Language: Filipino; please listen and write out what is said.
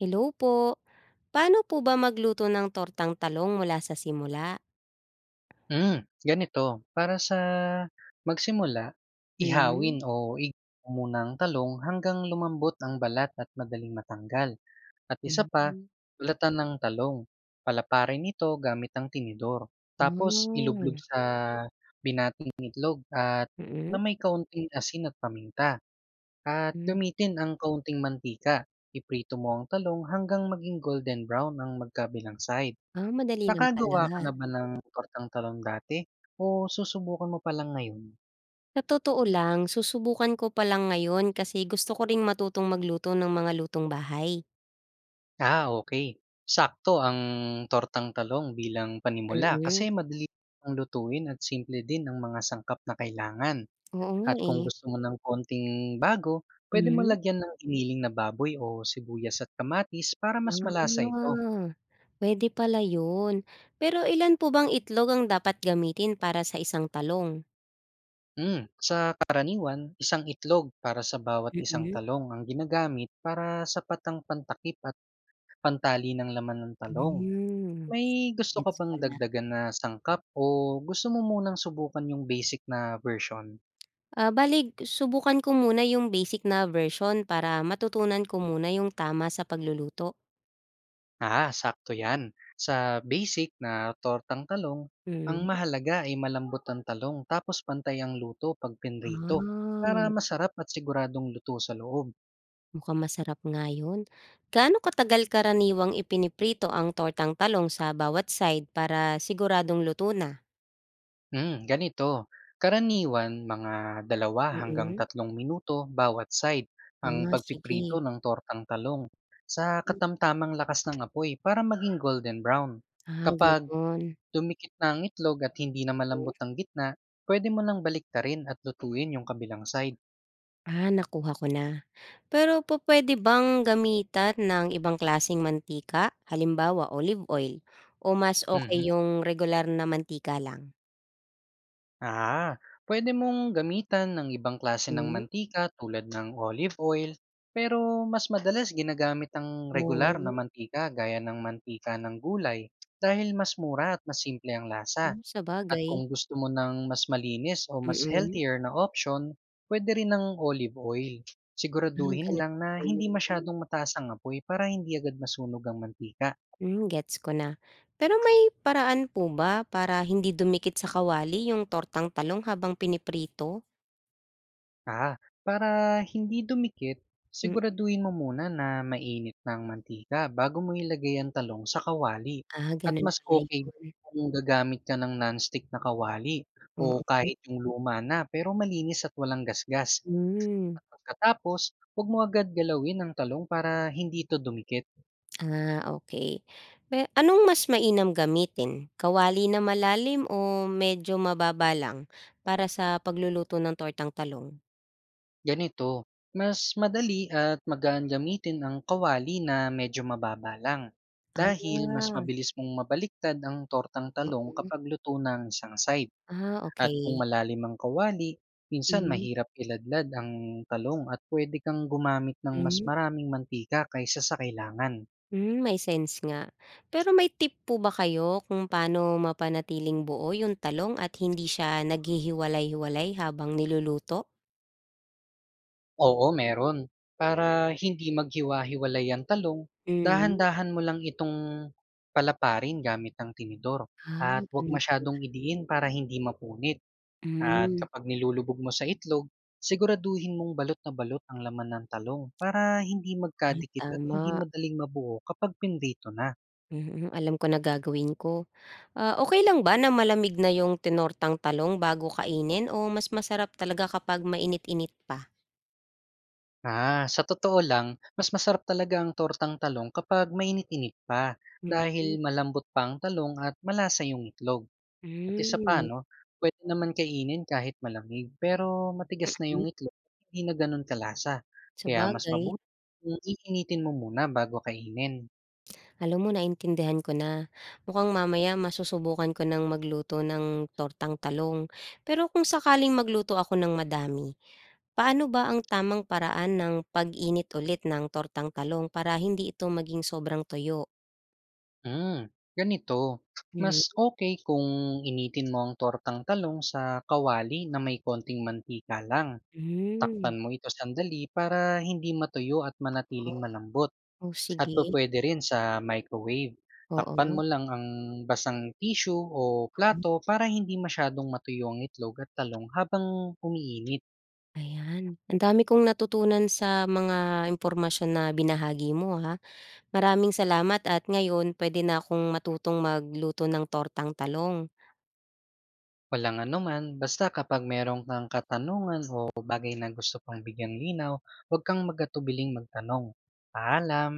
Hello po. Paano po ba magluto ng tortang talong mula sa simula? Ganito, para sa magsimula, Hmm, ihawin o igaw muna ang talong hanggang lumambot ang balat at madaling matanggal. At isa pa, mm. balatan ng talong. Palaparin ito gamit ang tinidor. Ah, Tapos ilublog mm, sa binating itlog at na may kaunting asin at paminta. At hmm. gamitin ang kaunting mantika. Iprito mo ang talong hanggang maging golden brown ang magkabilang side. Ah, madali lang pala. Nakagawa ka na ba ng tortang talong dati o susubukan mo pa lang ngayon? Sa totoo lang, susubukan ko pa lang ngayon kasi gusto ko ring matutong magluto ng mga lutong bahay. Ah, okay. Sakto ang tortang talong bilang panimula kasi Mm, madali ang lutuin at simple din ang mga sangkap na kailangan. oo nga, At kung eh. gusto mo ng konting bago, pwede mo Hmm, lagyan ng giniling na baboy o sibuyas at kamatis para mas malasa ito. ah, puwede pala yun. Pero ilan po bang itlog ang dapat gamitin para sa isang talong? Sa karaniwan, isang itlog para sa bawat isang Mm, talong ang ginagamit para sapat ang pantakip at pantali ng laman ng talong. hmm, May gusto ka gets bang ko na. dagdagan na sangkap o gusto mo munang subukan yung basic na version? Ah, bale subukan ko muna yung basic na version para matutunan ko muna yung tama sa pagluluto. Ah, sakto yan. Sa basic na tortang talong, ang Hmm. mahalaga ay malambot ang talong, tapos pantay ang luto pag pinrito, Ah, para masarap at siguradong luto sa loob. mukhang masarap nga yun. Gaano katagal karaniwang ipiniprito ang tortang talong sa bawat side para siguradong luto na? Ganito. Karaniwan, mga dalawa hanggang Mm. tatlong minuto bawat side ang Ah, sige. pagpiprito ng tortang talong sa katamtamang lakas ng apoy para maging golden brown. Ah, Kapag gano'n. dumikit na ang itlog at hindi na malambot ang gitna, pwede mo lang baliktarin at lutuin yung kabilang side. Ah, nakuha ko na. Pero po pwede bang gamitan ng ibang klaseng mantika, halimbawa olive oil, o mas okay Mhm. yung regular na mantika lang? Ah, pwede mong gamitan ng ibang klase ng Hmm, mantika tulad ng olive oil, pero mas madalas ginagamit ang regular na oo. mantika gaya ng mantika ng gulay dahil mas mura at mas simple ang lasa. Hmm, At kung sabagay. gusto mo ng mas malinis o mas Mm. healthier na option, pwede rin ng olive oil. Ah, Siguraduhin ganun lang na pala hindi yun. masyadong mataas ang apoy para hindi agad masunog ang mantika. Hmm, gets ko na. Pero may paraan po ba para hindi dumikit sa kawali yung tortang talong habang piniprito? Ah, para hindi dumikit, Hmm, siguraduhin mo muna na mainit na ang mantika bago mo ilagay ang talong sa kawali. ah, At ganun mas pala okay yun. kung gagamit ka ng nonstick na kawali o Oo. kahit yung luma na pero malinis at walang gasgas. Hmm. Pagkatapos, 'wag mo agad galawin ang talong para hindi ito dumikit. Ah, okay, anong mas mainam gamitin, kawali na malalim o medyo mababa lang para sa pagluluto ng tortang talong? Ganito, mas madali at magaan gamitin ang kawali na medyo mababa lang. Dahil mas Ah, mabilis mong mabaliktad ang tortang talong oo. kapag luto na ang isang side. Ah, At kung okey. malalim ang kawali, minsan Mhm, mahirap iladlad ang talong at pwede kang gumamit ng mas hmm. maraming mantika kaysa sa kailangan. Hmm, may sense nga. Pero may tip po ba kayo kung paano mapanatiling buo yung talong at hindi siya naghihiwalay-hiwalay habang niluluto? Oo, meron. Para hindi maghiwa-hiwalay ang talong, Hmm. dahan-dahan mo lang itong palaparin gamit ang tinidor. Ah, At huwag ganun pa. masyadong idiin para hindi mapunit. At Mm. kapag nilulubog mo sa itlog, siguraduhin mong balot na balot ang laman ng talong para hindi Ah, magkadikit at hindi tama. madaling mabuo kapag pinrito na. Mm, alam ko na gagawin ko. Ah, okey lang ba na malamig na yung tinortang talong bago kainin o mas masarap talaga kapag mainit-init pa? Ah, sa totoo lang, mas masarap talaga ang tortang talong kapag mainit-init pa, Mm, dahil malambot pa ang talong at malasa yung itlog. At isa pa hmm, 'no, pwede naman kainin kahit malamig, pero matigas na hmm. yung itlog at hindi na gano'n kalasa. Kaya mas Sabagay, mabuti kung iinitin mo muna bago kainin. alam mo naintindihan ko na. Mukhang mamaya masusubukan ko ng magluto ng tortang talong. Pero kung sakaling magluto ako ng madami, paano ba ang tamang paraan ng pag-init ulit ng tortang talong para hindi ito maging sobrang toyo? Hmm, Ganito, mas Hmm, okay kung initin mo ang tortang talong sa kawali na may konting mantika lang. Takpan hmm. mo ito sandali para hindi matuyo at manatiling malambot. Oh, At sige, pupuwede rin sa microwave. Takpan mo lang ang basang tissue o oo. plato para hindi masyadong matuyo ang itlog at talong habang umiinit. Ayan, ang dami kong natutunan sa mga impormasyon na binahagi mo, ha. Maraming salamat at ngayon pwede na akong matutong magluto ng tortang talong. Walang anuman, basta kapag merong kang katanungan o bagay na gusto pang bigyan linaw, huwag kang magatubiling magtanong. Paalam!